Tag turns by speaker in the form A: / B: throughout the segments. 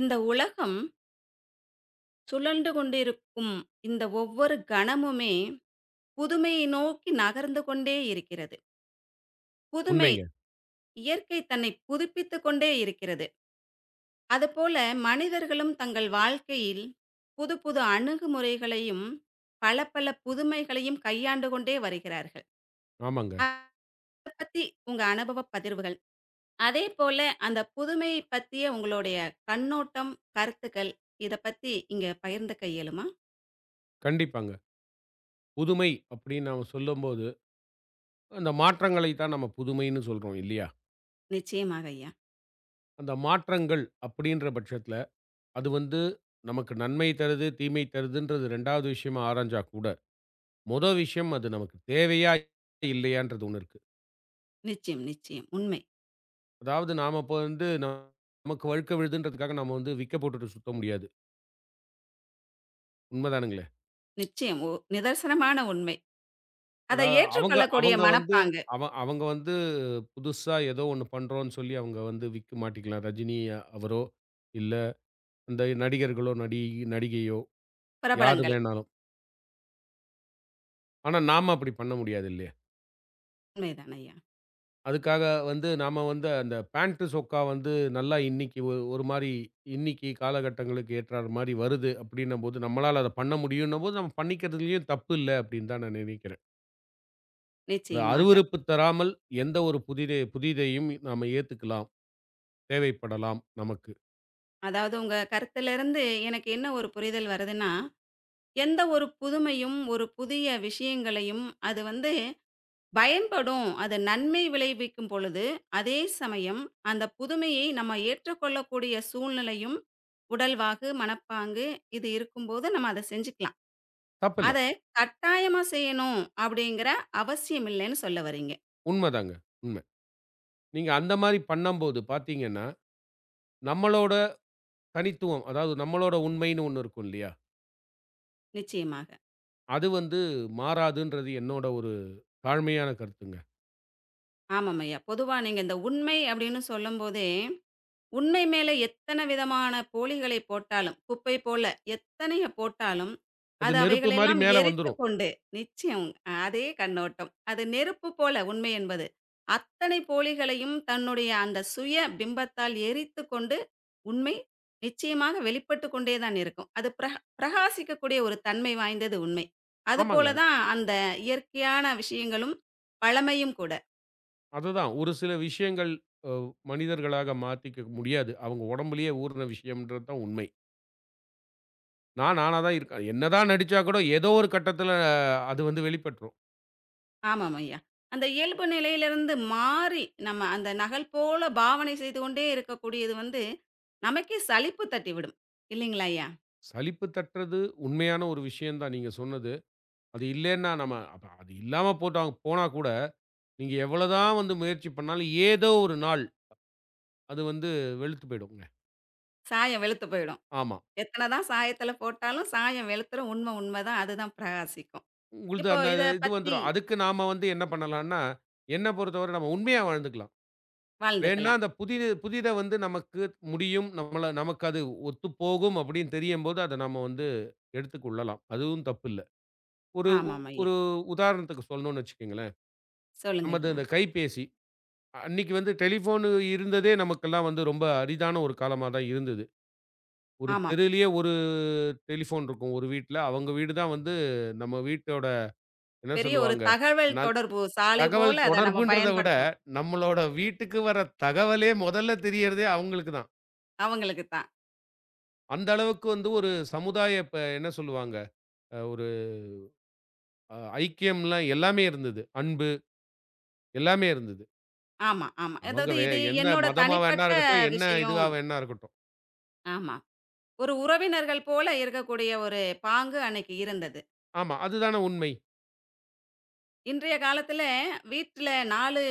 A: இந்த உலகம் சுழன்று கொண்டிருக்கும் இந்த ஒவ்வொரு கணமுமே புதுமையை நோக்கி நகர்ந்து கொண்டே இருக்கிறது. புதுமை
B: உண்மைங்க.
A: இயற்கை தன்னை புதுப்பித்துக் கொண்டே இருக்கிறது. அதுபோல மனிதர்களும் தங்கள் வாழ்க்கையில் புது புது அணுகுமுறைகளையும், பல பல புதுமைகளையும் கையாண்டு கொண்டே வருகிறார்கள்.
B: ஆமாங்க.
A: அத பத்தி உங்க அனுபவ பகிர்வுகள். அதேபோல அந்த புதுமையை பத்திய உங்களுடைய கண்ணோட்டம், கருத்துக்கள் இத பத்தி இங்க பகிர்ந்துக்க இயலுமா?
B: கண்டிப்பாங்க. புதுமை அப்படின்னு நாம சொல்லும்போது, அந்த மாற்றங்களை தான் நம்ம புதுமைன்னு சொல்றோம் இல்லையா?
A: நிச்சயமாக ஐயா.
B: அந்த மாற்றங்கள் அப்படின்ற பட்சத்தில, அது வந்து நமக்கு நன்மை தருது, தீமை தருதுன்றது 2வது விஷயமா ஆராய்ஞ்சா கூட, மொத விஷயம் அது நமக்கு தேவையா இல்லையான்றது ஒண்ணு இருக்கு.
A: நிச்சயம், நிச்சயம். உண்மை.
B: அதாவது நாம இப்ப வந்து நமக்கு வழுக்க விழுதுன்றதுக்காக நாம வந்து விக்க போட்டுட்டு சுத்த முடியாது. உண்மதானுங்க.
A: நிச்சயம். ஒ நிதர்சனமான உண்மை. அத
B: அதாவது அவங்க
A: ஏற்றுக்கொள்ளக்கூடிய
B: அவங்க வந்து
A: மனப்பாங்கு.
B: அவ அவங்க வந்து புதுசா ஏதோ ஒண்ணு பண்றோம்ன்னு சொல்லி அவங்க வந்து விக்க மாட்டிக்கலாம். ரஜினி அவரோ, இல்ல அந்த நடிகர்களோ, நடிகையோ யாரு
A: பிரபலங்கள்.
B: வேணாலும். ஆனா, நாம அப்படி பண்ண முடியாது இல்லையா?
A: உண்மைதான் ஐயா.
B: அதுக்காக வந்து நாம வந்து அந்த பேண்ட், சொக்கா வந்து நல்லா இன்னைக்கு ஒரு மாரி இன்னைக்கு காலகட்டங்களுக்கு ஏற்றார் மாரி வருது அப்படின்னும்போது, நம்மளால அத பண்ண முடியும்ன்னும்போது, நம்ம பண்ணிக்கிறதுலயும் தப்பு இல்ல அப்படின்னு தான் நான் நினைக்கிறேன். அது
A: நிச்சயமாக.
B: அருவருப்பு தராமல் எந்த ஒரு புதிதையும் நாம ஏத்துக்கலாம். தேவைப்படலாம் நமக்கு.
A: அதாவது உங்க கருத்திலிருந்து எனக்கு என்ன ஒரு புரிதல் வருதுன்னா, எந்த ஒரு புதுமையும், ஒரு புதிய விஷயங்களையும் அது வந்து பயன்படும். அது நன்மை விளைவிக்கும் பொழுது, அதே சமயம் அந்த புதுமையை நம்ம ஏற்றுக்கொள்ளக்கூடிய சூழ்நிலையும், உடல்வாகு, மனப்பாங்கு இது இருக்கும்போது நம்ம அத செஞ்சுக்கலாம்.
B: தப்பில்ல.
A: அத கட்டாயமா செய்யணும் அப்படிங்கிற அவசியம் இல்லைன்னு சொல்ல வரீங்க.
B: உண்மதாங்க. உண்ம. நீங்க அந்த மாரி பண்ணம்போது பார்த்தீங்கன்னா, நம்மளோட தனித்துவம், அதாவது நம்மளோட உண்மைன்னு ஒண்ணு இருக்கும் இல்லையா?
A: நிச்சயமாக.
B: அது வந்து மாறாதுன்றது என்னோட ஒரு தாழ்மையான கருத்துங்க.
A: ஆமாம் ஐயா. பொதுவா நீங்க இந்த உண்மை அப்படின்னு சொல்லும்போதே உண்மை மேல எத்தன விதமான போலிகளை போட்டாலும், குப்பை போல எத்தனைய போட்டாலும்,
B: அது
A: அது
B: நெருப்பு மாரி
A: அவைகளெல்லாம்
B: மேல வந்துரும்.
A: எரித்துக்கொண்டு நிச்சயம் அதே கண்ணோட்டம். அது நெருப்பு போல உண்மை என்பது. அத்தனை போலிகளையும் தன்னுடைய அந்த சுய பிம்பத்தால் எரித்துக்கொண்டு, உண்மை நிச்சயமாக வெளிப்பட்டு கொண்டே தான் இருக்கும். அது பிரகாசிக்கக்கூடிய ஒரு தன்மை வாய்ந்தது உண்மை.
B: ஆமாங்க.
A: அதுபோல தான் அந்த இயற்கையான விஷயங்களும், பழமையும் கூட.
B: அதுதான். ஒரு சில விஷயங்கள் அ மனிதர்களாக மாத்திக்க முடியாது. அவங்க உடம்புலயே ஊறுன விஷயம்ன்றது தான் உண்மை. நான் நானா தான் இருக்கேன். என்னதான் நடிச்சா கூட ஏதோ ஒரு கட்டத்தில அது வந்து வெளிப்பட்டுரும்.
A: ஆமாம் ஐயா. அந்த இயல்பு நிலையிலிருந்து மாறி, நம்ம அந்த நகல் போல பாவனை செய்து கொண்டே இருக்கக்கூடியது வந்து, நமக்கே சலிப்பு தட்டிவிடும். இல்லைங்களா ஐயா?
B: சலிப்பு தட்டுறது உண்மையான ஒரு விஷயம் தான் நீங்க சொன்னது. அது இல்லேன்னா நம்ம அப்ப அது இல்லாம போட்டாங் போனா கூட, நீங்க எவ்வளதான் வந்து முயற்சி பண்ணாலும், ஏதோ ஒரு நாள் அது வந்து வெளுத்து போயிடுங்க.
A: சாயம் வெளுத்து போயிடும்.
B: ஆமா.
A: எத்தன தான் சாயத்தில போட்டாலும், சாயம் வெளுத்துரும். உண்ம உண்ம தான். அதுதான் பிரகாசிக்கும்.
B: உங்களுது
A: இப்போ
B: அந்த
A: இத
B: இது
A: பத்தி
B: வந்துரும். அதுக்கு நாம வந்து என்ன பண்ணலான்னா, என்ன பொறுத்தவரை நம்ம உண்மையா வாழ்ந்துக்கலாம். வேண்ணா
A: வாழ்ந்துக்கலாம்.
B: அந்த புதிது புதித வந்து நமக்கு முடியும். நம்மள நமக்கு அது ஒத்துப்போகும் அப்படின்னு தெரியும்போது, அத நம்ம வந்து எடுத்துக்கொள்ளலாம். அதுவும் தப்பில்ல. ஒரு
A: ஆமாம் ஐயா.
B: ஒரு உதாரணத்துக்கு சொல்லணும்னு வச்சுக்கங்களேன்.
A: சொல்லுங்க
B: நமது
A: ஐயா.
B: இந்த கைபேசி அன்னைக்கு வந்து டெலிஃபோனு இருந்ததே நமக்கெல்லாம் வந்து ரொம்ப அரிதான ஒரு காலமா தான் இருந்தது. ஒரு
A: ஆமாம்.
B: தெருவிலேயே ஒரு டெலிஃபோன் இருக்கும் ஒரு வீட்ல. அவங்க வீடு தான் வந்து நம்ம வீட்டோட என்ன
A: பெரிய ஒரு
B: சொல்லுவாங்க?
A: தகவல்
B: நல்
A: தொடர்பு சாலை
B: தகவல்
A: போல அத நம்ம
B: தொடர்புன்றத விட,
A: பயன்படுத்தும்.
B: நம்மளோட வீட்டுக்கு வர தகவலே முதல்ல தெரியறதே அவங்களுக்கு தான்.
A: அவங்களுக்கு தான்.
B: அந்த அளவுக்கு வந்து ஒரு சமுதாய இப்ப என்ன சொல்லுவாங்க? ஒரு அ ஐக்கியம்லாம் எல்லாமே இருந்தது. அன்பு எல்லாமே இருந்தது.
A: ஆமா, ஆமா.
B: அவங்க
A: அதாவது இது
B: எந்த
A: என்னோட
B: மதமா
A: தனிப்பட்ட
B: வேணா இருக்கட்டும், என்ன
A: விஷயம்.
B: இதுவா வேணா இருக்கட்டும்.
A: ஆமா. ஒரு உறவினர்கள் போல இருக்கக்கூடிய ஒரு பாங்கு அன்னைக்கு இருந்தது.
B: ஆமா, அதுதான உண்மை.
A: இன்றைய காலத்தில வீட்ல 4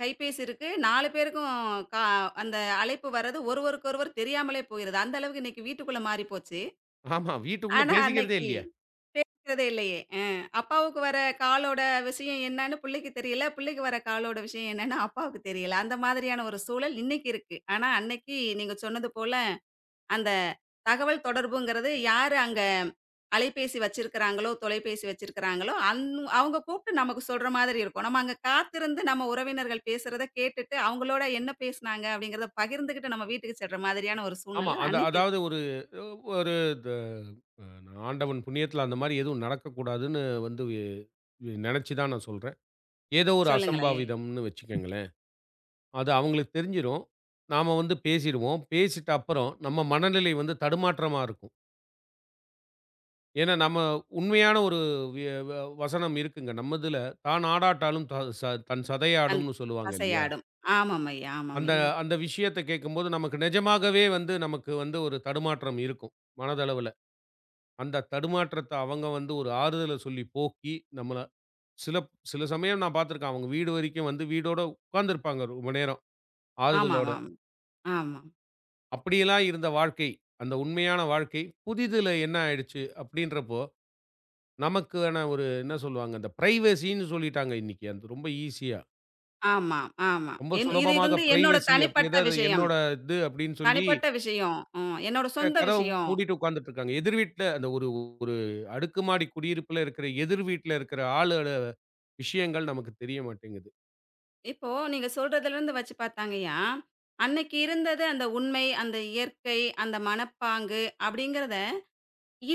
A: கைபேசி இருக்கு. 4 பேருக்கும் கா அந்த அழைப்பு வர்றது ஒருவருக்கொருவர் தெரியாமலே போயிருது. அந்த அளவுக்கு இன்னைக்கு வீட்டுக்குள்ள மாறி போச்சு.
B: ஆமா, வீட்டுக்குள்ள
A: ஆனா
B: பேசிக்கிறதே
A: அன்னைக்கு
B: இல்லையே!
A: இருக்கிறதே இல்லையே. அப்பாவுக்கு வர காலோட விஷயம் என்னன்னு பிள்ளைக்கு தெரியல. பிள்ளைக்கு வர காலோட விஷயம் என்னன்னு அப்பாவுக்கு தெரியல. அந்த மாதிரியான ஒரு சூழல் இன்னைக்கு இருக்கு. ஆனா அன்னைக்கு நீங்க சொன்னது போல அந்த தகவல் தொடர்புங்கிறது யாரு அங்க அலைபேசி வச்சிருக்கிறாங்களோ, தொலைபேசி வச்சிருக்கிறாங்களோ, அவங்க கூப்பிட்டு நமக்கு சொல்ற மாதிரி இருக்கும். நம்ம அங்க காத்திருந்து நம்ம உறவினர்கள் பேசுறத கேட்டுட்டு, அவங்களோட என்ன பேசுனாங்க அப்படிங்கிறத பகிர்ந்துகிட்டு நம்ம வீட்டுக்கு செல்ற மாதிரியான ஒரு
B: ஆமா.
A: சூழ்நிலை
B: அந்த
A: அன்னைக்கு இருக்கு.
B: அதாவது ஒரு ஒரு த அ ஆண்டவன் புண்ணியத்துல அந்த மாரி எதுவும் நடக்கக்கூடாதுன்னு வந்து நெனச்சு தான் நான் சொல்றேன். ஏதோ ஒரு
A: சொல்லுங்களேன்.
B: அசம்பாவிதம்ன்னு வச்சுக்கங்களேன். அது அவங்களுக்கு தெரிஞ்சிரும். நாம வந்து பேசிடுவோம். பேசிட்ட அப்புறம் நம்ம மனநிலை வந்து தடுமாற்றமா இருக்கும். ஏன்னா நம்ம உண்மையான ஒரு வி வ வசனம் இருக்குங்க. நம்மதுல "தான் ஆடாட்டாலும் த ச தன்
A: அந்
B: சதையாடும்னு" சொல்லுவாங்க இல்லையா?
A: அசையாடும். ஆமாம்ய்யா,
B: அந்த
A: ஆமாம்ய்யா.
B: அந்த விஷயத்த கேட்கும்போது நமக்கு நிஜமாகவே வந்து நமக்கு வந்து ஒரு தடுமாற்றம் இருக்கும் மனதளவுல. அந்த தடுமாற்றத்த அவங்க வந்து ஒரு ஆறுதல சொல்லி போக்கி, நம்மள சில சில சமயம் நான் பார்த்துருக்கேன். அவங்க வீடு வரைக்கும் வந்து வீடோட உட்கார்ந்திருப்பாங்க ரொம்ப நேரம், ஆறுதலோட.
A: ஆமாமாம். ஆமா.
B: அப்படியெல்லாம் இருந்த வாழ்க்கை, அந்த உண்மையான வாழ்க்கை, புதிதில என்ன ஆயிடுச்சு அப்படின்றப்போ, நமக்கான ஒரு என்ன சொல்லுவாங்க, அந்த பிரைவசின்னு சொல்லிட்டாங்க இன்னைக்கு. அது ரொம்ப ஈசியா.
A: ஆமா, ஆமா.
B: ரொம்ப
A: என் இது
B: சுலபமாக
A: வந்து என்னோட
B: பிரைவசி அப்படி
A: தனிப்பட்ட
B: ஏதாவது
A: விஷயம்.
B: என்னோட இது அப்படின்னு சொல்லி
A: தனிப்பட்ட விஷயம். ம். என்னோட சொந்த
B: கதவ
A: விஷயம்.
B: மூடிட்டு உட்கார்ந்துட்டு இருக்காங்க. எதிர் வீட்ல அந்த ஒரு ஒரு அடுக்குமாடி குடியிருப்புல இருக்கிற எதிர் வீட்ல இருக்கிற ஆளோட விஷயங்கள் நமக்கு தெரிய மாட்டேங்குது.
A: இப்போ நீங்க சொல்றதுலருந்து வச்சு பார்த்தாங்கயா, அன்னைக்கு இருந்தது அந்த உண்மை, அந்த இயற்கை, அந்த மனப்பாங்கு அப்படிங்கிறத,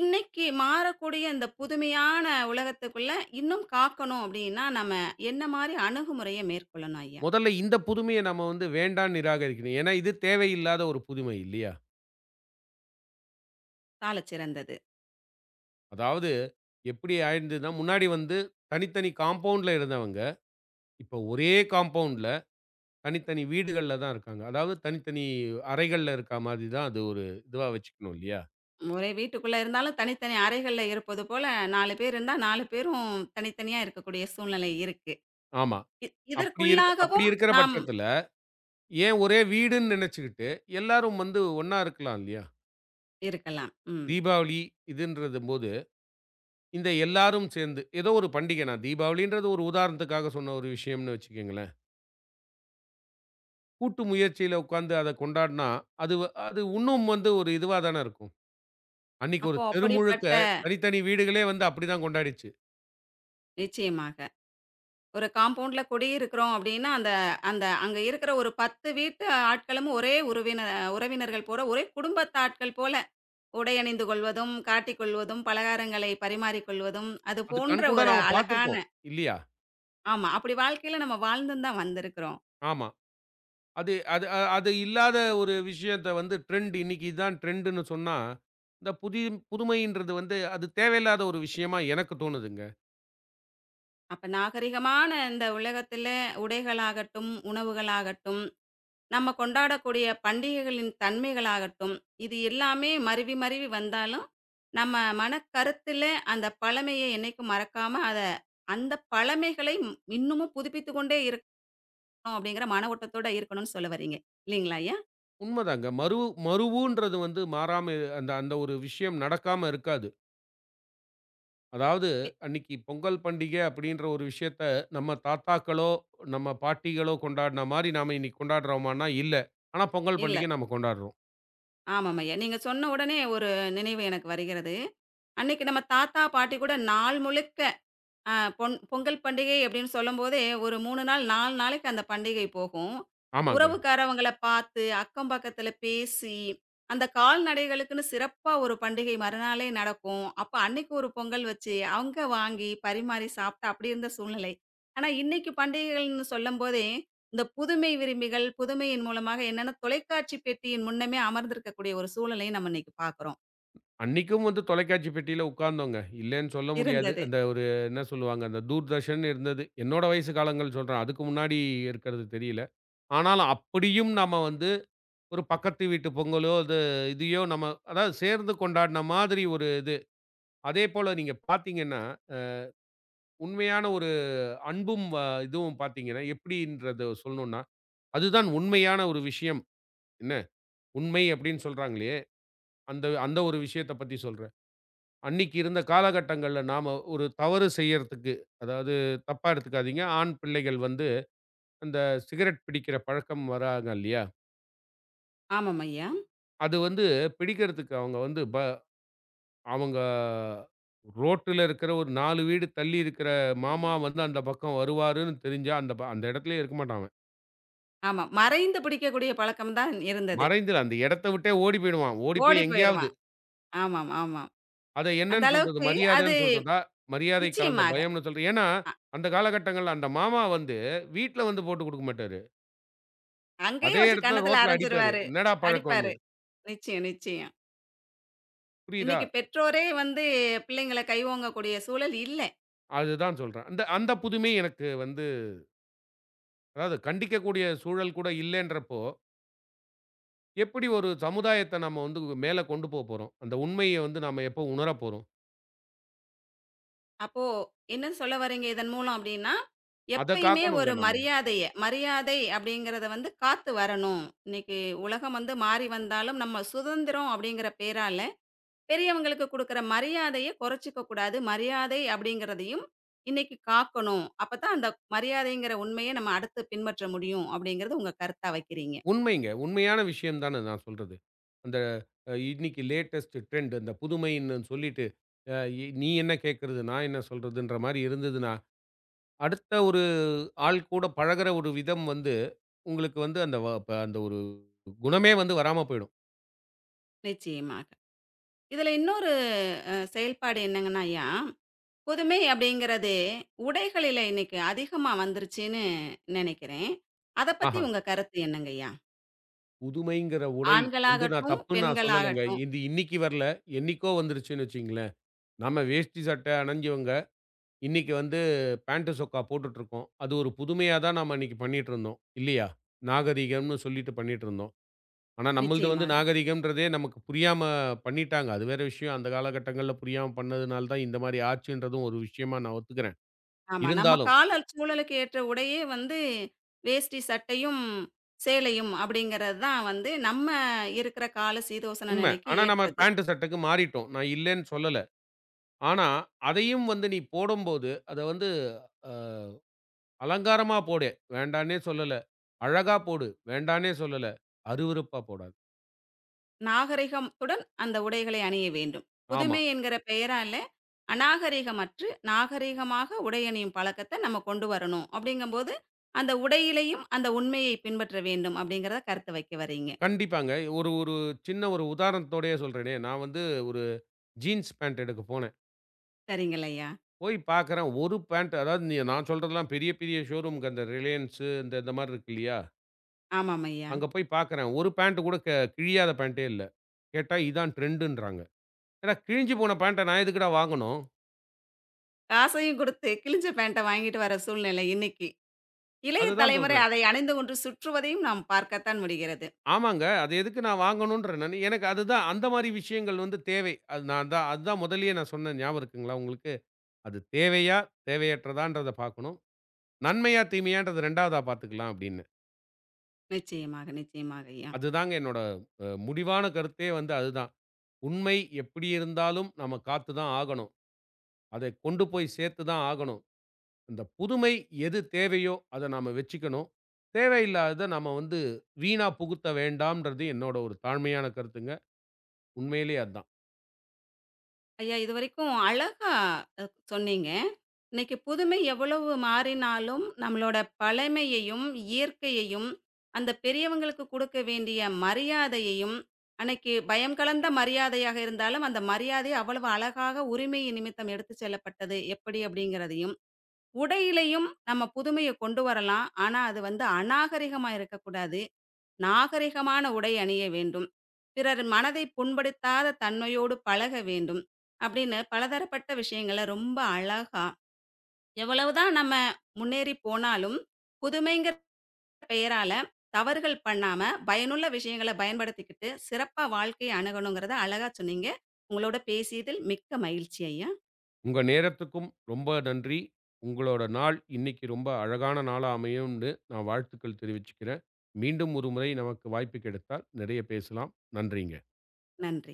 A: இன்னைக்கு மாறக்கூடிய இந்த புதுமையான உலகத்துக்குள்ள இன்னும் காக்கணும் அப்படின்னா, நம்ம என்ன மாரி அணுகுமுறைய மேற்கொள்ளணும் ஐயா?
B: முதல்ல இந்த புதுமைய நம்ம வந்து வேண்டான்னு நிராகரிக்கணும். ஏன்னா, இது தேவையில்லாத ஒரு புதுமை இல்லையா?
A: சாலச்சிறந்தது.
B: அதாவது எப்படி ஆயிருந்ததுன்னா, முன்னாடி வந்து தனித்தனி காம்பவுண்ட்ல இருந்தவங்க, இப்ப ஒரே காம்பவுண்ட்ல தனித்தனி வீடுகள்ல தான் இருக்காங்க. அதாவது தனித்தனி அறைகள்ல இருக்கா மாதிரி தான் அது ஒரு இதுவா வச்சுக்கணும் இல்லையா?
A: ஒரே வீட்டுக்குள்ள இருந்தாலும் தனித்தனி அறைகள்ல இருப்பது போல 4 பேர் இருந்தா 4 பேரும் தனித்தனியா இருக்கக்கூடிய சூழ்நிலை இருக்கு.
B: ஆமா.
A: இ
B: அப்படி
A: இதற்குள்ளாகவும்
B: இருக்கிற
A: நாம்
B: பட்சத்துல ஏன் ஒரே வீடுன்னு நினைச்சுக்கிட்டு, எல்லாரும் வந்து ஒண்ணா இருக்கலாம் இல்லையா?
A: இருக்கலாம். ம்.
B: தீபாவளி இதுன்றதும்போது, இந்த எல்லாரும் சேர்ந்து ஏதோ ஒரு பண்டிகை நான் தீபாவளின்றது ஒரு உதாரணத்துக்காக சொன்ன ஒரு விஷயம்னு வச்சுக்கங்களேன். கூட்டு முயற்சியில உட்கார்ந்து அத கொண்டாடுனா, அது வ அது இன்னும் வந்து ஒரு இதுவா தானே இருக்கும். அன்னைக்கு ஒரு
A: அப்போ
B: தெரு முழுக்க
A: அப்படிப்பட்ட
B: தனித்தனி வீடுகளே வந்து அப்படிதான் கொண்டாடிச்சு.
A: நிச்சயமாக. ஒரு காம்பவுண்ட்ல குடியிருக்கிறோம் அப்படின்னா, அந்த அந்த அங்க இருக்கிற ஒரு 10 வீட்டு ஆட்களும் ஒரே உறவினர்கள் போல, ஒரே குடும்பத்து ஆட்கள் போல உடை அணிந்து கொள்வதும், காட்டிக் கொள்வதும், பலகாரங்களை பரிமாறிக்கொள்வதும், அது
B: அது
A: போன்ற
B: கண்கூடா
A: ஒரு
B: நாம
A: அழகான
B: பார்த்துருக்கோம். இல்லையா?
A: ஆமா. அப்படி வாழ்க்கையில நம்ம வாழ்ந்தும் தான் வந்திருக்கிறோம்.
B: ஆமா. அது அது அ அது இல்லாத ஒரு விஷயத்த வந்து ட்ரெண்ட் இன்னைக்கு இதான் ட்ரெண்டுன்னு சொன்னா, இந்த புதுமைன்றது வந்து அது தேவையில்லாத ஒரு விஷயமா எனக்கு தோணுதுங்க.
A: அப்ப நாகரிகமான இந்த உலகத்தில உடைகளாகட்டும், உணவுகளாகட்டும் நம்ம கொண்டாடக்கூடிய பண்டிகைகளின் தன்மைகளாகட்டும், இது எல்லாமே மருவி மருவி வந்தாலும், நம்ம மனக்கருத்தில அந்த பழமைய என்னைக்கும் மறக்காம, அத அந்த பழமைகளை ம்- இன்னமும் புதுப்பித்துக் கொண்டே இருக்கணும் அப்படிங்கிற மன ஓட்டத்தோட இருக்கணும்னு சொல்ல வர்றீங்க. இல்லைங்களா ஐயா?
B: உண்மதாங்க. மருவுன்றது வந்து மாறாம அந்த அந்த ஒரு விஷயம் நடக்காம இருக்காது. அதாவது
A: இ
B: அன்னைக்கு பொங்கல் பண்டிகை அப்படின்ற ஒரு விஷயத்த நம்ம தாத்தாக்களோ, நம்ம பாட்டிகளோ கொண்டாடின மாரி நாம இன்னைக்கு கொண்டாடுறோமான்னா இல்ல. ஆனா பொங்கல்
A: இல்ல.
B: பண்டிகை நாம கொண்டாடுறோம்.
A: ஆமாம் ஐயா. நீங்க சொன்ன உடனே ஒரு நினைவு எனக்கு வருகிறது. அன்னைக்கு நம்ம தாத்தா, பாட்டி கூட நாள் முழுக்க ஆ பொன் பொங்கல் பண்டிகை அப்படின்னு சொல்லும்போதே, ஒரு 3 நாள், 4 நாளைக்கு அந்த பண்டிகை போகும்.
B: ஆமாங்க.
A: உறவுக்காரவங்கள பார்த்து, அக்கம் பக்கத்தில பேசி, அந்த கால்நடைகளுக்குன்னு சிறப்பா ஒரு பண்டிகை மறுநாளே நடக்கும். அப்ப அன்னைக்கு ஒரு பொங்கல் வச்சு, அவங்க வாங்கி பரிமாறி சாப்பிட்டு அப்படி இருந்த சூழ்நிலை. ஆனா, இன்னைக்கு பண்டிகைகள்ன்னு சொல்லும்போதே, இந்த புதுமை விரும்பிகள், புதுமையின் மூலமாக என்னன்னா தொலைக்காட்சி பெட்டியின் முன்னமே அமர்ந்திருக்கக்கூடிய ஒரு சூழலையும் நம்ம இன்னைக்கு பார்க்குறோம்.
B: அன்னைக்கும் வந்து தொலைக்காட்சி பெட்டியில உட்கார்ந்தோங்க. இல்லன்னு சொல்ல முடியாது.
A: இருந்தது.
B: அந்த ஒரு என்ன சொல்லுவாங்க, அந்த தூர்தர்ஷன் இருந்தது. என்னோட வயசு காலங்கள் சொல்றேன். அதுக்கு முன்னாடி இருக்கிறது தெரியல. ஆனாலும் அப்படியும் நம்ம வந்து ஒரு பக்கத்து வீட்டு பொங்கலோ, அது இதையோ நம்ம அதாவது சேர்ந்து கொண்டாடின மாதிரி ஒரு இது. அதேபோல நீங்க பார்த்தீங்கன்னா, அ உண்மையான ஒரு அன்பும் இதுவும் பார்த்தீங்கன்னா, எப்படின்றத சொல்லணும்னா, அதுதான் உண்மையான ஒரு விஷயம். என்ன உண்மை அப்படின்னு சொல்றாங்களே, அந்த அந்த ஒரு விஷயத்த பத்தி சொல்றேன். அன்னைக்கு இருந்த காலகட்டங்கள்ல நாம ஒரு தவறு செய்யறதுக்கு, அதாவது தப்பா எடுத்துக்காதீங்க. ஆண் பிள்ளைகள் வந்து அந்த சிகரெட் பிடிக்கிற பழக்கம் வராங்க இல்லையா?
A: ஆமாம் ஐயா.
B: அது வந்து பிடிக்கிறதுக்கு அவங்க வந்து ப அவங்க ரோட்டுல இருக்கிற ஒரு 4 வீடு தள்ளி இருக்கிற மாமா வந்து அந்த பக்கம் வருவாருன்னு தெரிஞ்சா, அந்த இடத்திலேயே இருக்க மாட்டான் அவன்.
A: ஆமா. மறைந்து பிடிக்கக்கூடிய பழக்கம் தான் இருந்தது.
B: மறைந்து அந்த இடத்த விட்டே ஓடி போயிடுவான். ஓடி
A: ஓடி
B: போய் எங்கேயாவது.
A: போயிருவான். ஆமாம், ஆமாம்.
B: அத
A: அந்த
B: என்னன்னு சொல்றது?
A: அளவுக்கு அது
B: மரியாதைன்னு சொல்றதா? மரியாதை கலந்த
A: நிச்சயமாக.
B: பயம்ன்னு சொல்ற ஏன்னா,
A: அ
B: அந்த காலகட்டங்கள்ல அந்த மாமா வந்து வீட்ல வந்து போட்டு குடுக்க மாட்டாரு.
A: அங்கேயே
B: அதே
A: வச்சு
B: இடத்துல
A: கன்னத்துல
B: ரோட்ல அடிப்பாரு.
A: அரஞ்சிருவாரு.
B: என்னடா பழக்கம்ன்னு.
A: அடிப்பாரு. நிச்சயம், நிச்சயம்.
B: புரியுதா?
A: இன்னைக்கு பெற்றோரே வந்து பிள்ளைங்கள கை ஓங்கக்கூடிய சூழல் இல்ல.
B: அதுதான் சொல்றேன். அந்த அந்த புதுமை எனக்கு வந்து அதாவது கண்டிக்கக்கூடிய சூழல் கூட இல்லன்றப்போ, எப்படி ஒரு சமுதாயத்த நம்ம வந்து மேல கொண்டு போறோம்? அந்த உண்மைய வந்து நாம எப்போ உணர போறோம்?
A: அப்போ என்ன சொல்ல வர்றீங்க இதன் மூலம் அப்டின்னா,
B: அத
A: எப்பயுமே ஒரு
B: காக்கணுங்க நம்ம.
A: மரியாதைய மரியாதை அப்படிங்கிறத வந்து காத்து வரணும். இன்னைக்கு உலகம் வந்து மாறி வந்தாலும் நம்ம சுதந்திரம் அப்படிங்கிற பேரால பெரியவங்களுக்கு குடுக்குற மரியாதைய குறைச்சுக்க கூடாது. மரியாதை அப்படிங்கிறதையும் இன்னைக்கு காக்கணும். அப்பதான் அந்த மரியாதைங்கிற உண்மைய நம்ம அடுத்து பின்பற்ற முடியும் அப்படிங்கிறது உங்க கருத்தா வைக்கிறீங்க.
B: உண்மைங்க. உண்மையான விஷயம் தான நான் சொல்றது. அந்த அ இன்னைக்கு லேட்டஸ்ட் ட்ரெண்ட் அந்த புதுமைன்னு சொல்லிட்டு, அ இ நீ என்ன கேட்கறது? நான் என்ன சொல்றதுன்ற மாரி இருந்ததுன்னா அடுத்த ஒரு ஆள் கூட பழகுற ஒரு விதம் வந்து, உங்களுக்கு வந்து அந்த வ ப அந்த ஒரு குணமே வந்து வராம போயிடும்.
A: நிச்சயமாக. இதுல இன்னொரு செயல்பாடு என்னங்கன்னாய்யா, புதுமை அப்படிங்கிறது உடைகளில இன்னைக்கு அதிகமா வந்துருச்சுன்னு நெனைக்கிறேன். அத பத்தி
B: ஆஹா!
A: உங்க கருத்து என்னங்கய்யா?
B: புதுமைங்கிற உடை வந்து நான்
A: ஆண்களாகட்டும்,
B: தப்புன்னு நான் சொல்லலங்க.
A: பெண்களாகட்டும்.
B: இது இன்னைக்கு வரல, என்னைக்கோ வந்துருச்சுன்னு வச்சுக்கங்களேன். நம்ம வேஷ்டி சட்டை அணிஞ்சவங்க, இன்னைக்கு வந்து பேண்ட் சொக்கா போட்டுட்டுருக்கோம். அது ஒரு புதுமையா தான் நாம அன்னைக்கு பண்ணிட்டுருந்தோம். இல்லையா? நாகரீகம்னு சொல்லிட்டு பண்ணிட்டுருந்தோம். ஆனா நம்மளது வந்து
A: நிச்சயமாக.
B: நாகரீகம்ன்றதே நமக்கு புரியாம பண்ணிட்டாங்க. அது வேற விஷயம். அந்த காலகட்டங்கள்ல புரியாம பண்ணதுனால தான் இந்த மாரி ஆச்சுன்றதும் ஒரு விஷயமா நான் ஒத்துக்கிறேன்.
A: ஆமா. நம்ம
B: இருந்தாலும்
A: கால சூழலுக்கு ஏற்ற உடையே வந்து வேஷ்டி, சட்டையும், சேலையும் அப்படிங்கிறது தான் வந்து நம்ம இருக்கிற கால சீதோசன
B: உண்ம.
A: நிலைக்கு
B: ஆனா நம்ம
A: ஏற்றது.
B: பேண்ட் சட்டைக்கு மாறிட்டோம். நான் இல்லன்னு சொல்லல. ஆனா, அதையும் வந்து நீ போடும்போது, அத வந்து அ அலங்காரமா போடு, வேண்டான்னே சொல்லல. அழகா போடு, வேண்டான்னே சொல்லல. அருவருப்பா போடாத.
A: நாகரிகத்துடன் அந்த உடைகளை அணிய வேண்டும்.
B: ஆமா.
A: புதுமை என்கிற பெயரால அநாகரிகமற்று, நாகரிகமாக உடை அணியும் பழக்கத்தை நம்ம கொண்டு வரணும். அப்படிங்கும்போது, அந்த உடையிலேயும் அந்த உண்மையை பின்பற்ற வேண்டும் அப்படிங்கிறத கருத்து வைக்க வரீங்க.
B: கண்டிப்பாங்க. ஒரு ஒரு சின்ன ஒரு உதாரணத்தோடயே சொல்றேனே, நான் வந்து ஒரு ஜீன்ஸ் பேண்ட் எடுக்க போனேன்.
A: சரிங்களையா.
B: போய் பார்க்குறேன், ஒரு பேண்ட் அதாவது நீ நான் சொல்றதெல்லாம் பெரிய பெரிய ஷோரூம்க்கு அந்த ரிலையன்ஸு இந்த இந்த மாரி இருக்கு இல்லையா?
A: ஆமாம் ஐயா.
B: அங்க போய் பார்க்குறேன். ஒரு பேண்ட் கூட கிழியாத பேண்ட்டே இல்ல. கேட்டா இதான் ட்ரெண்டுன்றாங்க. ஏன்னா கிழிஞ்சு போன பேண்ட்ட நான் எதுக்குடா வாங்கணும்?
A: காசையும் குடுத்து கிழிஞ்ச பேண்ட்ட வாங்கிட்டு வர சூழ்நிலை இன்னைக்கு. இளைய
B: அதுதான்
A: தலைமுறை
B: சொல்றேன்.
A: அதை அணிந்து கொண்டு சுற்றுவதையும் நாம் பார்க்கத்தான் முடிகிறது.
B: ஆமாங்க. அது எதுக்கு நான் வாங்கணுன்றேன் நானு. எனக்கு அதுதான் அந்த மாரி விஷயங்கள் வந்து தேவை. அது நான் தான் அதுதான் முதல்லயே நான் சொன்னேன் ஞாபகம் இருக்குங்களா உங்களுக்கு? அது தேவையா? தேவையற்றதான்றத பார்க்கணும். நன்மையா? தீமையான்றத 2வதா பார்த்துக்கலாம் அப்படின்னு.
A: நிச்சயமாக, நிச்சயமாக ஐயா.
B: அதுதாங்க என்னோட முடிவான கருத்தே வந்து அதுதான். உண்மை எப்படி இருந்தாலும் நம்ம காத்து தான் ஆகணும். அதை கொண்டு போய் சேர்த்து தான் ஆகணும். அந்த புதுமை எது தேவையோ, அத நாம வச்சுக்கணும். தேவையில்லாதத நாம வந்து வீணா புகுத்த வேண்டாம்ன்றது என்னோட ஒரு தாழ்மையான கருத்துங்க. உண்மையிலேயே அதான்.
A: ஐயா இதுவரைக்கும் அழகா அ சொன்னீங்க. இன்னைக்கு புதுமை எவ்வளவு மாறினாலும், நம்மளோட பழமையையும், இயற்கையையும், அந்த பெரியவங்களுக்கு குடுக்க வேண்டிய மரியாதையையும், அன்னைக்கு பயம் கலந்த மரியாதையாக இருந்தாலும், அந்த மரியாதை அவ்வளவு அழகாக உரிமையின் நிமித்தம் எடுத்துச் செல்லப்பட்டது எப்படி? அப்படிங்கிறதையும் உடையிலயும் நம்ம புதுமைய கொண்டு வரலாம். ஆனா, அது வந்து அநாகரிகமா இருக்கக்கூடாது. நாகரிகமான உடை அணிய வேண்டும். பிறர் மனதை புண்படுத்தாத தன்மையோடு பழக வேண்டும். அப்படின்னு பலதரப்பட்ட விஷயங்கள ரொம்ப அழகா, எவ்வளவுதான் நம்ம முன்னேறி போனாலும், புதுமைங்கிற பெயரால தவறுகள் பண்ணாம, பயனுள்ள விஷயங்கள பயன்படுத்திக்கிட்டு, சிறப்பா வாழ்க்கைய அணுகணுங்கிறத அழகா சொன்னீங்க. உங்களோட பேசியதில் மிக்க மகிழ்ச்சி ஐயா.
B: உங்க நேரத்துக்கும் ரொம்ப நன்றி. உங்களோட நாள் இன்னைக்கு ரொம்ப அழகான நாளா அமையும்னு நான் வாழ்த்துக்கள் தெரிவிச்சுக்கிறேன். மீண்டும் ஒரு முறை நமக்கு வாய்ப்பு கிடைத்தால், நிறைய பேசலாம். நன்றிங்க.
A: நன்றி.